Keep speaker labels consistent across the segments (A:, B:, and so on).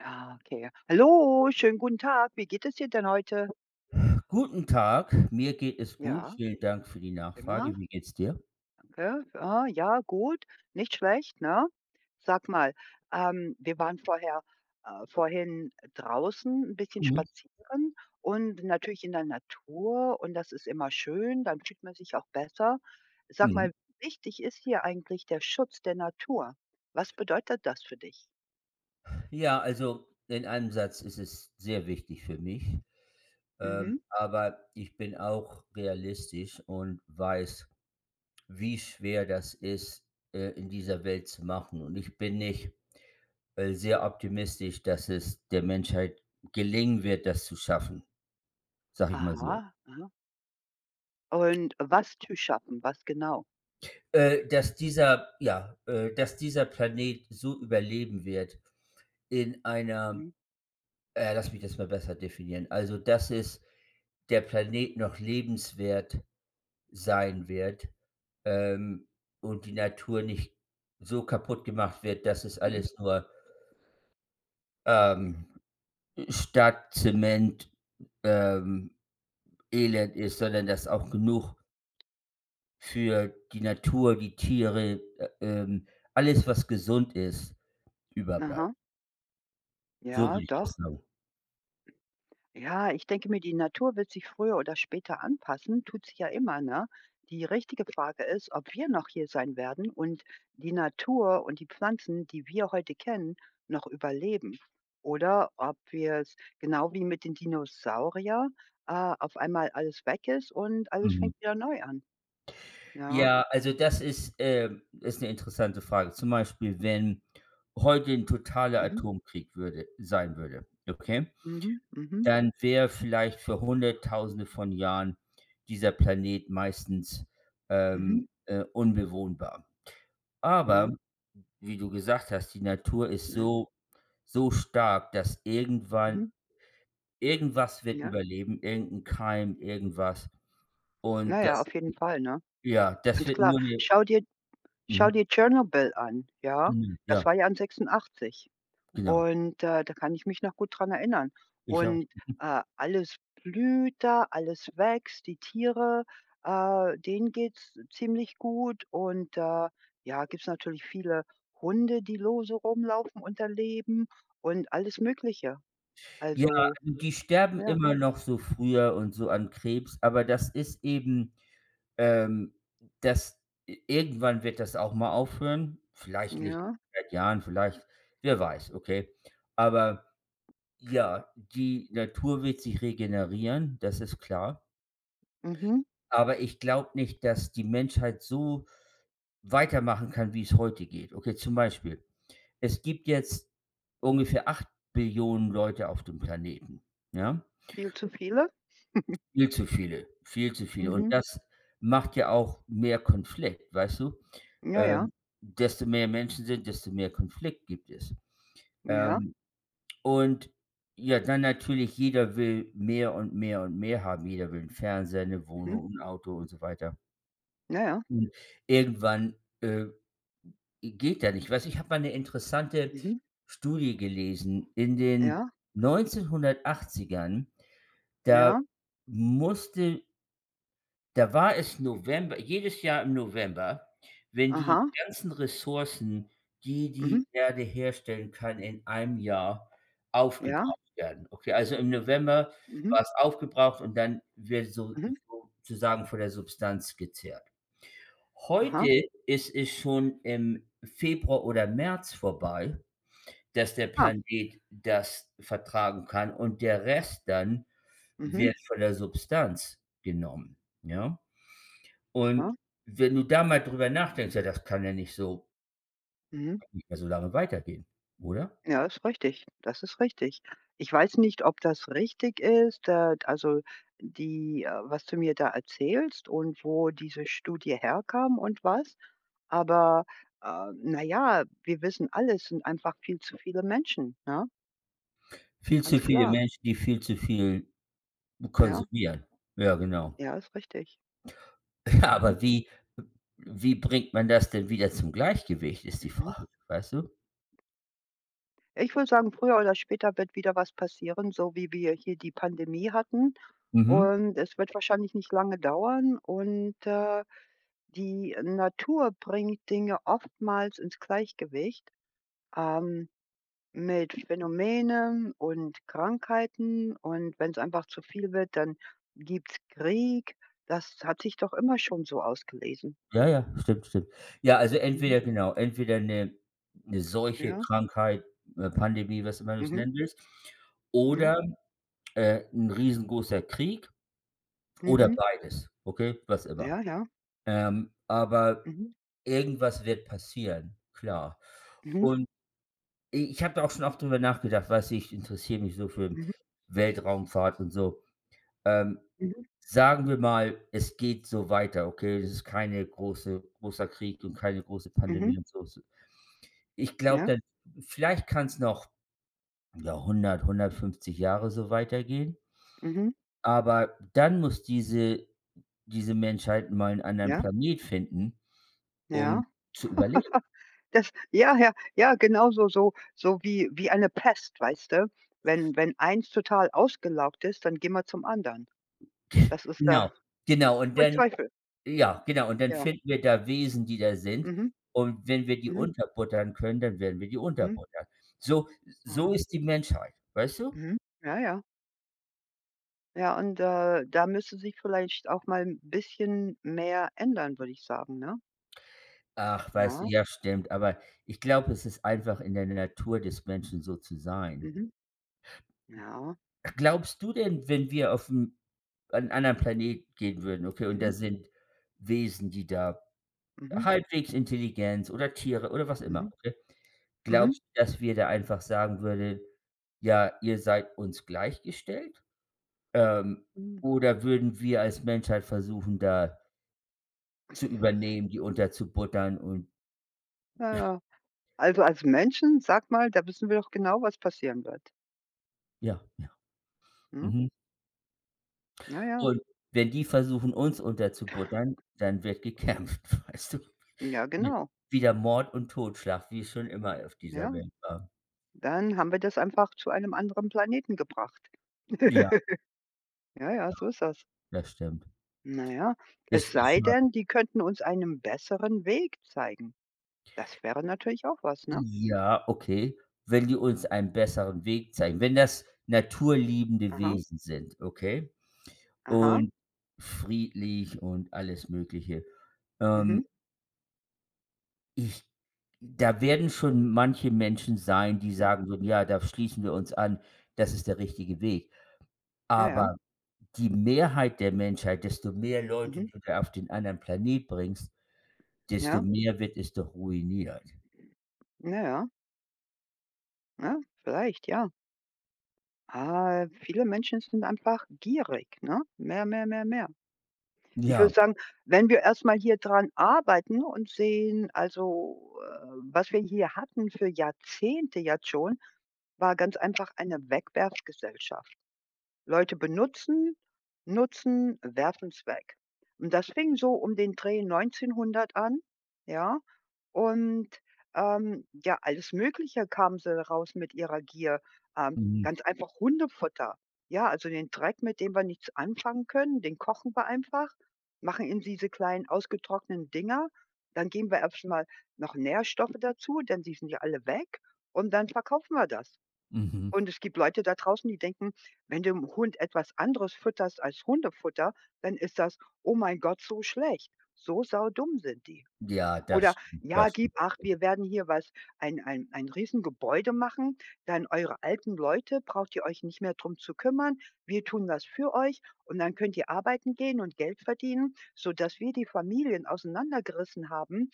A: Ah, okay. Hallo, schönen guten Tag. Wie geht es dir denn heute?
B: Guten Tag, mir geht es gut.
A: Ja,
B: Vielen Dank für die
A: immer.
B: Nachfrage. Wie geht's dir?
A: Okay. Ah, ja, gut. Nicht schlecht, ne? Sag mal, wir waren vorher, vorhin draußen ein bisschen
B: Mhm.
A: spazieren und natürlich in der Natur und das ist immer schön, dann fühlt man sich auch besser. Sag
B: Mhm.
A: mal, wie wichtig ist hier eigentlich der Schutz der Natur? Was bedeutet das für dich?
B: Ja, also in einem Satz ist es sehr wichtig für mich,
A: Mhm.
B: aber ich bin auch realistisch und weiß, wie schwer das ist, in dieser Welt zu machen. Und ich bin nicht sehr optimistisch, dass es der Menschheit gelingen wird, das zu schaffen, sag ich mal
A: Aha,
B: so.
A: aha. Und was zu schaffen, was genau?
B: Dass dieser Planet so überleben wird. In einer
A: Mhm,
B: Lass mich das mal besser definieren. Also, dass es der Planet noch lebenswert sein wird, ähm, und die Natur nicht so kaputt gemacht wird, dass es
A: mhm.
B: alles nur, ähm, Stadt, Zement, ähm, Elend ist, sondern dass auch genug für die Natur, die Tiere, alles, was gesund ist, überbleibt.
A: Aha,
B: So
A: ja,
B: würde ich das
A: doch.
B: sagen.
A: Ja, ich denke mir, die Natur wird sich früher oder später anpassen, tut sie ja immer, ne? Die richtige Frage ist, ob wir noch hier sein werden und die Natur und die Pflanzen, die wir heute kennen, noch überleben. Oder ob wir es genau wie mit den Dinosaurier auf einmal alles weg ist und alles
B: Mhm.
A: fängt wieder neu an. Ja,
B: Ja, also das ist eine interessante Frage. Zum Beispiel, wenn heute ein totaler
A: mhm,
B: Atomkrieg würde sein würde, okay?
A: mhm, mhm,
B: Dann wäre vielleicht für Hunderttausende von Jahren dieser Planet meistens,
A: mhm,
B: unbewohnbar.
A: mhm,
B: Aber wie du gesagt hast, die Natur ist
A: ne,
B: so stark, dass irgendwann
A: mhm,
B: irgendwas wird
A: ja.
B: überleben, irgendein Keim, irgendwas. Und
A: Naja,
B: das
A: auf jeden Fall, ne?
B: ja, das
A: Ganz
B: wird
A: klar.
B: nur 'ne. Mhm,
A: Schau dir Tschernobyl an, ja?
B: mhm,
A: Das
B: ja,
A: war ja an 86
B: genau.
A: und, da kann ich mich noch gut dran erinnern.
B: Ich auch.
A: Und, alles blüht da, alles wächst, die Tiere, denen geht's ziemlich gut und, ja, gibt's natürlich viele Hunde, die lose rumlaufen und da leben und alles Mögliche.
B: Ja,
A: Also,
B: also die sterben
A: ja,
B: immer noch so früher und so an Krebs, aber das ist eben, ähm, das irgendwann wird das auch mal aufhören. Vielleicht nicht in
A: ja,
B: 100 Jahren, vielleicht, wer weiß, okay. Aber ja, die Natur wird sich regenerieren, das ist klar.
A: mhm,
B: Aber ich glaube nicht, dass die Menschheit so weitermachen kann, wie es heute geht. Okay, zum Beispiel, es gibt jetzt ungefähr 8 Billionen Leute auf dem Planeten, ja?
A: viel zu viele.
B: Viel zu viele, viel zu viele. Und
A: Mhm,
B: das macht ja auch mehr Konflikt, weißt du?
A: ja, ja,
B: Ähm, Desto mehr Menschen sind, desto mehr Konflikt gibt es.
A: ja,
B: Ähm, und ja, dann natürlich, jeder will mehr und mehr und mehr haben. Jeder will 'n Fernseher, eine
A: mhm,
B: Wohnung, 'n Auto und so weiter.
A: ja, ja,
B: Und irgendwann, äh, geht da nicht. Weißt du, ich habe mal eine interessante
A: mhm,
B: Studie gelesen. In den
A: ja,
B: 1980ern, da
A: ja,
B: musste Da war es November jedes Jahr im November, wenn die
A: aha,
B: ganzen Ressourcen, die die
A: mhm.
B: Erde herstellen kann, in einem Jahr
A: Ja.
B: aufgebraucht werden. Okay, also im November
A: Mhm.
B: war es aufgebraucht und dann wird so
A: Mhm.
B: sozusagen von der Substanz gezehrt.
A: Aha.
B: Heute ist es schon im Februar oder März vorbei, dass der
A: Ah.
B: Planet das vertragen kann und der Rest dann
A: Mhm.
B: wird von der Substanz genommen, ja?
A: Aha.
B: Und wenn du da mal drüber nachdenkst, ja, das kann ja nicht so
A: Mhm.
B: nicht mehr so lange weitergehen, oder?
A: Ja, ist richtig. Das ist richtig. Ich weiß nicht, ob das richtig ist, also die, was du mir da erzählst und wo diese Studie herkam und was, aber, na ja, wir wissen alle, es sind einfach viel zu viele Menschen, ne?
B: Viel zu
A: Ganz
B: viele
A: klar.
B: Menschen, die viel zu viel
A: Ja,
B: konsumieren. Ja, genau.
A: ja, ist richtig.
B: Ja,
A: Mhm.
B: aber wie bringt man das denn wieder zum Gleichgewicht, ist die
A: Mhm.
B: Frage, weißt du?
A: Ich würde sagen, früher oder später wird wieder was passieren, so wie wir hier die Pandemie hatten.
B: Mhm.
A: Und es wird wahrscheinlich nicht lange dauern. Und die Natur bringt Dinge oftmals ins Gleichgewicht ähm, mit Phänomenen und Krankheiten. Und wenn es einfach zu viel wird, dann gibt es Krieg. Das hat sich doch immer schon so ausgelesen.
B: Ja, ja, stimmt, stimmt. Ja, also
A: Mhm.
B: entweder genau, entweder eine 'ne Seuche,
A: Ja,
B: Krankheit, Pandemie, was immer du's
A: mhm,
B: nennen willst,
A: ja,
B: oder, 'n riesengroßer Krieg oder
A: mhm,
B: beides, okay, was immer.
A: ja, ja.
B: Aber
A: Mhm.
B: irgendwas wird passieren, klar.
A: Mhm.
B: Und ich habe da auch schon oft drüber nachgedacht, weißt ich interessiere mich so für
A: Mhm.
B: Weltraumfahrt und so. Ähm,
A: Mhm.
B: Sagen wir mal, es geht so weiter, okay? Es ist keine großer Krieg und keine große
A: Mhm.
B: Pandemie und so. S Ich glaube
A: Ja.
B: dann vielleicht kann es noch, ja, 100, 150 Jahre so weitergehen,
A: Mhm.
B: aber dann muss diese Menschheit mal einen anderen
A: Ja,
B: Planet finden, um
A: ja.
B: zu überleben.
A: Das ja, ja, ja, genauso so so so wie eine Pest, weißt du? Wenn eins total ausgelaugt ist, dann geh mal zum anderen. Das ist
B: Genau,
A: da
B: genau und
A: pfui
B: dann
A: Teufel.
B: ja, genau und dann
A: Ja.
B: finden wir da Wesen, die da sind,
A: Mhm,
B: und wenn wir die
A: mhm,
B: unterbuttern können, dann werden wir die
A: mhm,
B: unterbuttern. So so
A: aha,
B: ist die Menschheit, weißt du?
A: mhm. Ja, ja. Ja, und, da müsste sich vielleicht auch mal ein bisschen mehr ändern, würde ich sagen, ne?
B: Ach, weißt du,
A: Ja,
B: ja stimmt, aber ich glaube, es ist einfach in der Natur des Menschen, so zu sein.
A: mhm, ja,
B: Glaubst du denn, wenn wir auf 'n einen anderen Planet gehen würden, okay, und da
A: mhm,
B: sind Wesen, die da
A: mhm,
B: halbwegs Intelligenz oder Tiere oder was immer,
A: mhm,
B: okay?
A: mhm,
B: Glaubst du, dass wir da einfach sagen würden: „Ja, ihr seid uns gleichgestellt?" Ähm,
A: mhm,
B: oder würden wir als Menschheit versuchen, da zu übernehmen, die unterzubuttern, und
A: ja, ja. Also, als Menschen, sag mal, da wissen wir doch genau, was passieren wird,
B: ja, ja,
A: ne?
B: mhm.
A: Ja, ja.
B: Und wenn die versuchen, uns unterzubuttern, dann wird gekämpft, weißt du?
A: Ja,
B: Ja.
A: genau.
B: Wieder Mord und Totschlag, wie es schon immer auf dieser
A: Ja,
B: Welt war.
A: dann haben wir das einfach zu einem anderen Planeten gebracht.
B: Ja,
A: Ja, ja, so ist das.
B: das stimmt.
A: Na ja,
B: Es
A: es
B: ist
A: sei denn, die könnten uns einen besseren Weg zeigen. Das wäre natürlich auch was, ne?
B: Ja, okay, wenn die uns einen besseren Weg zeigen, wenn das naturliebende
A: Aha,
B: Wesen sind, okay?
A: aha,
B: Und friedlich und alles Mögliche. Ähm,
A: mhm,
B: ich Da werden schon manche Menschen sein, die
A: ja,
B: sagen so: „Ja, da schließen wir uns an, das ist der richtige Weg."
A: ja, ja,
B: Aber die Mehrheit der Menschheit: Desto mehr Leute
A: mhm,
B: du da auf den anderen Planet bringst, desto
A: ja,
B: mehr wird es doch ruiniert.
A: na ja, ja, vielleicht, ja. Ah, viele Menschen sind einfach gierig, ne? Mehr, mehr, mehr, mehr. Ich
B: Ja,
A: würde sagen, wenn wir erst mal hier dran arbeiten und sehen, also, was wir hier hatten für Jahrzehnte jetzt schon, war ganz einfach eine Wegwerfgesellschaft. Leute benutzen, nutzen, werfen's weg. Und das fing so um den Dreh 1900 an, ja? Und, ja, alles Mögliche kamen sie raus mit ihrer Gier.
B: mhm,
A: Ganz einfach Hundefutter. Ja, also den Dreck, mit dem wir nichts anfangen können, den kochen wir einfach, machen in diese kleinen ausgetrockneten Dinger. Dann geben wir erstmal noch Nährstoffe dazu, denn die sind ja alle weg und dann verkaufen wir das.
B: mhm.
A: Und es gibt Leute da draußen, die denken, wenn du dem Hund etwas anderes fütterst als Hundefutter, dann ist das: „Oh mein Gott, so schlecht.“ So saudumm sind die.
B: Ja, das
A: Oder:
B: stimmt,
A: „Ja,
B: das stimmt.
A: gib acht, wir werden hier was ein Riesengebäude machen, dann eure alten Leute braucht ihr euch nicht mehr drum zu kümmern. Wir tun das für euch und dann könnt ihr arbeiten gehen und Geld verdienen, sodass wir die Familien auseinandergerissen haben,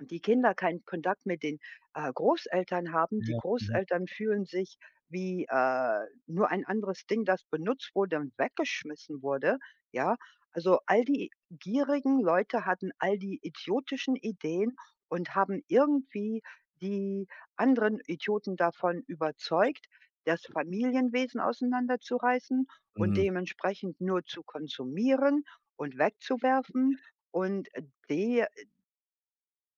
A: die Kinder keinen Kontakt mit den, Großeltern haben. Die
B: Ja. Mhm.
A: Großeltern fühlen sich wie, nur ein anderes Ding, das benutzt wurde und weggeschmissen wurde, ja? Also, all die gierigen Leute hatten all die idiotischen Ideen und haben irgendwie die anderen Idioten davon überzeugt, das Familienwesen auseinanderzureißen und
B: Mhm.
A: dementsprechend nur zu konsumieren und wegzuwerfen und, die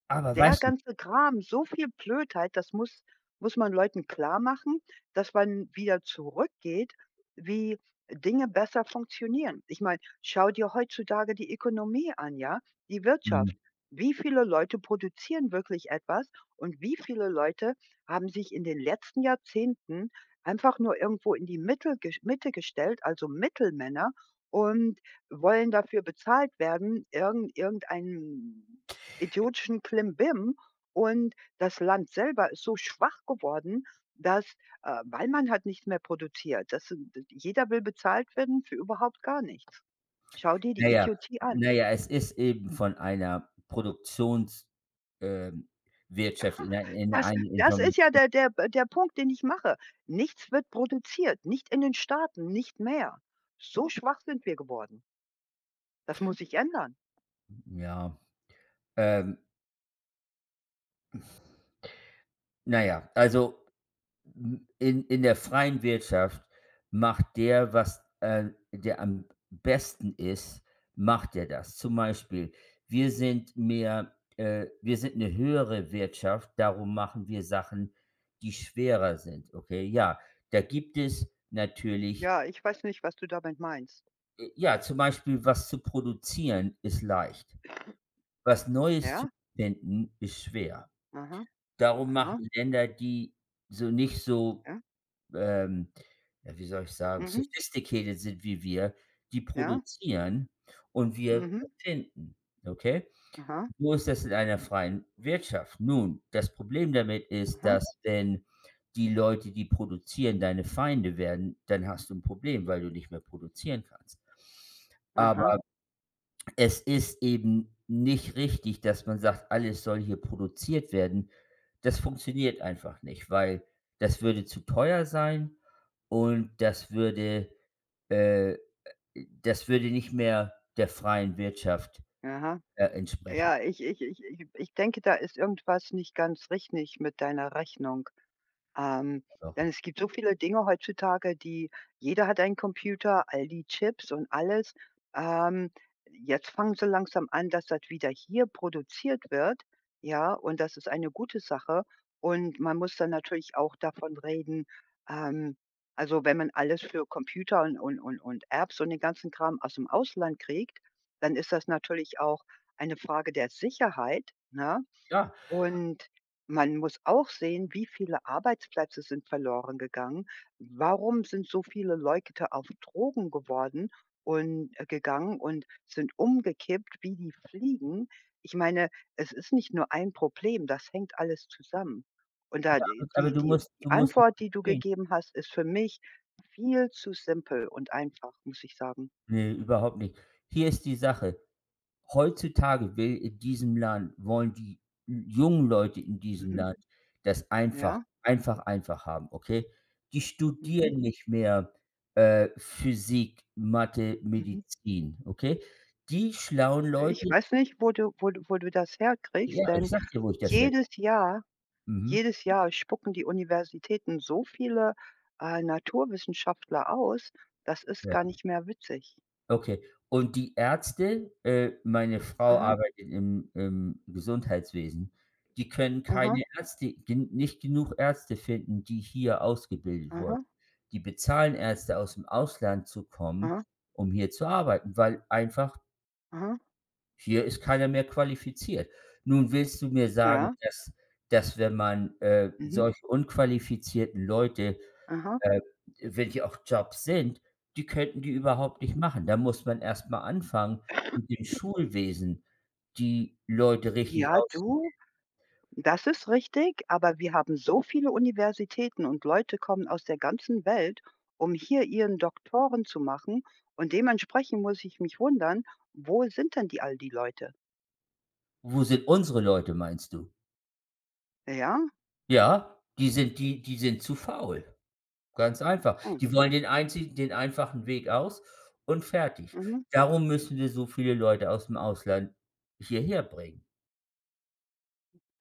B: Aber
A: der
B: weißt du,
A: ganze Kram, so viel Blödheit, das muss man Leuten klar machen, dass man wieder zurückgeht, wie Dinge besser funktionieren. Ich meine, schau dir heutzutage die Ökonomie an, ja, die
B: mhm,
A: Wirtschaft. Wie viele Leute produzieren wirklich etwas und wie viele Leute haben sich in den letzten Jahrzehnten einfach nur irgendwo in die Mittel Mitte gestellt, also Mittelmänner und wollen dafür bezahlt werden, irgendeinen idiotischen Klimbim. Und das Land selber ist so schwach geworden, dass weil man halt nichts mehr produziert. Das sind jeder will bezahlt werden für überhaupt gar nichts. Schau dir
B: na
A: die
B: ja,
A: Idiotie an.
B: na ja, es ist eben von einer Produktions ähm, Wirtschaft in ein in
A: Das
B: eine
A: das
B: Inform,
A: ist ja der der der Punkt, den ich mache. Nichts wird produziert, nicht in den Staaten, nicht mehr. So schwach sind wir geworden. Das muss sich ändern.
B: ja. Ähm, na ja, also, in der freien Wirtschaft macht der, der am besten ist, macht der das. Zum Beispiel, wir sind 'ne höhere Wirtschaft, darum machen wir Sachen, die schwerer sind, okay? Ja, da gibt es natürlich.
A: Ja, ich weiß nicht, was du damit meinst.
B: Ja, zum Beispiel, was zu produzieren ist leicht. Was Neues zu
A: Ja,
B: finden ist schwer.
A: aha,
B: Darum
A: aha,
B: machen Länder, die nicht so,
A: ja,
B: ähm, ja, wie soll ich sagen,
A: mhm,
B: sophisticated sind wie wir, die
A: ja,
B: produzieren, und wir
A: mhm,
B: erfinden, okay?
A: aha,
B: So ist das in einer freien Wirtschaft. Nun, das Problem damit ist,
A: aha,
B: dass, wenn die Leute, die produzieren, deine Feinde werden, dann hast du ein Problem, weil du nicht mehr produzieren kannst.
A: aha, aha,
B: Aber es ist eben nicht richtig, dass man sagt, alles soll hier produziert werden. Das funktioniert einfach nicht, weil das würde zu teuer sein, und äh, das würde nicht mehr der freien Wirtschaft,
A: aha.
B: entsprechen.
A: Ja, ich denke, da ist irgendwas nicht ganz richtig mit deiner Rechnung. Ähm,
B: Doch.
A: denn es gibt so viele Dinge heutzutage, die jeder hat einen Computer, all die Chips und alles. Ähm, jetzt fangen sie langsam an, dass das wieder hier produziert wird, ja, und das ist eine gute Sache. Und man muss dann natürlich auch davon reden, ähm, also wenn man alles für Computer und Apps und den ganzen Kram aus dem Ausland kriegt, dann ist das natürlich auch eine Frage der Sicherheit, ne?
B: Ja,
A: Und man muss auch sehen, wie viele Arbeitsplätze sind verloren gegangen. Warum sind so viele Leute auf Drogen geworden und gegangen und sind umgekippt wie die Fliegen? Ich meine, es ist nicht nur ein Problem, das hängt alles zusammen. Und da
B: aber
A: die
B: aber
A: die
B: du
A: die
B: musst du
A: die
B: musst
A: Antwort, die du gegeben hast, ist für mich viel zu simpel und einfach, muss ich sagen.
B: ne, überhaupt nicht. Hier ist die Sache. Heutzutage will in diesem Land wollen die jungen Leute in diesem
A: Mhm.
B: Land das einfach
A: Ja.
B: einfach, einfach haben, okay? Die
A: Mhm.
B: studieren nicht mehr, Physik, Mathe,
A: Mhm.
B: Medizin, okay? Die schlauen
A: Ich
B: Leute.
A: weiß nicht, wo du das
B: Ja,
A: herkriegst,
B: ich
A: denn
B: sage dir, wo ich das her.
A: jedes Jahr
B: Mhm,
A: jedes Jahr spucken die Universitäten so viele, Naturwissenschaftler aus, das ist gar
B: ja.
A: nicht mehr witzig.
B: Okay. Und die Ärzte, meine Frau
A: Aha,
B: arbeitet im Gesundheitswesen, die können
A: aha,
B: keine Ärzte gen nicht genug Ärzte finden, die hier ausgebildet
A: aha,
B: wurden. Die bezahlen Ärzte aus dem Ausland zu kommen,
A: aha,
B: um hier zu arbeiten, weil einfach
A: aha,
B: hier ist keiner mehr qualifiziert. Nun willst du mir sagen,
A: ja,
B: dass, wenn man,
A: mhm,
B: solche unqualifizierten Leute
A: aha.
B: äh, welche auch Jobs sind, die könnten die überhaupt nicht machen. Da muss man erst mal anfangen, mit dem Schulwesen die Leute richtig
A: Ja,
B: auszu.
A: du, das ist richtig, aber wir haben so viele Universitäten und Leute kommen aus der ganzen Welt, um hier ihren Doktoren zu machen und dementsprechend muss ich mich wundern, wo sind denn die all die Leute?
B: Wo sind unsere Leute, meinst du?
A: Ja?
B: Ja, die sind zu faul, ganz einfach.
A: Ah,
B: Die wollen den einfachen Weg aus und fertig.
A: mhm,
B: Darum müssen wir so viele Leute aus'm Ausland hierher bringen.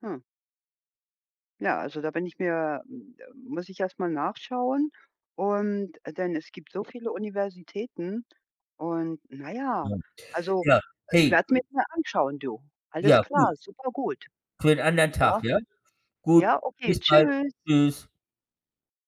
A: hm. Ja, also da bin ich mir hm, muss ich erst mal nachschauen und denn es gibt so viele Universitäten und na ja,
B: Ja.
A: also,
B: Ja,
A: ich
B: hey,
A: werde es mir mal anschauen, du. Alles
B: ja,
A: klar,
B: gut,
A: super gut.
B: für 'n anderen Tag,
A: Ja,
B: ja? Gut,
A: ja, okay,
B: bis bald.
A: tschüss.
B: Tschüss.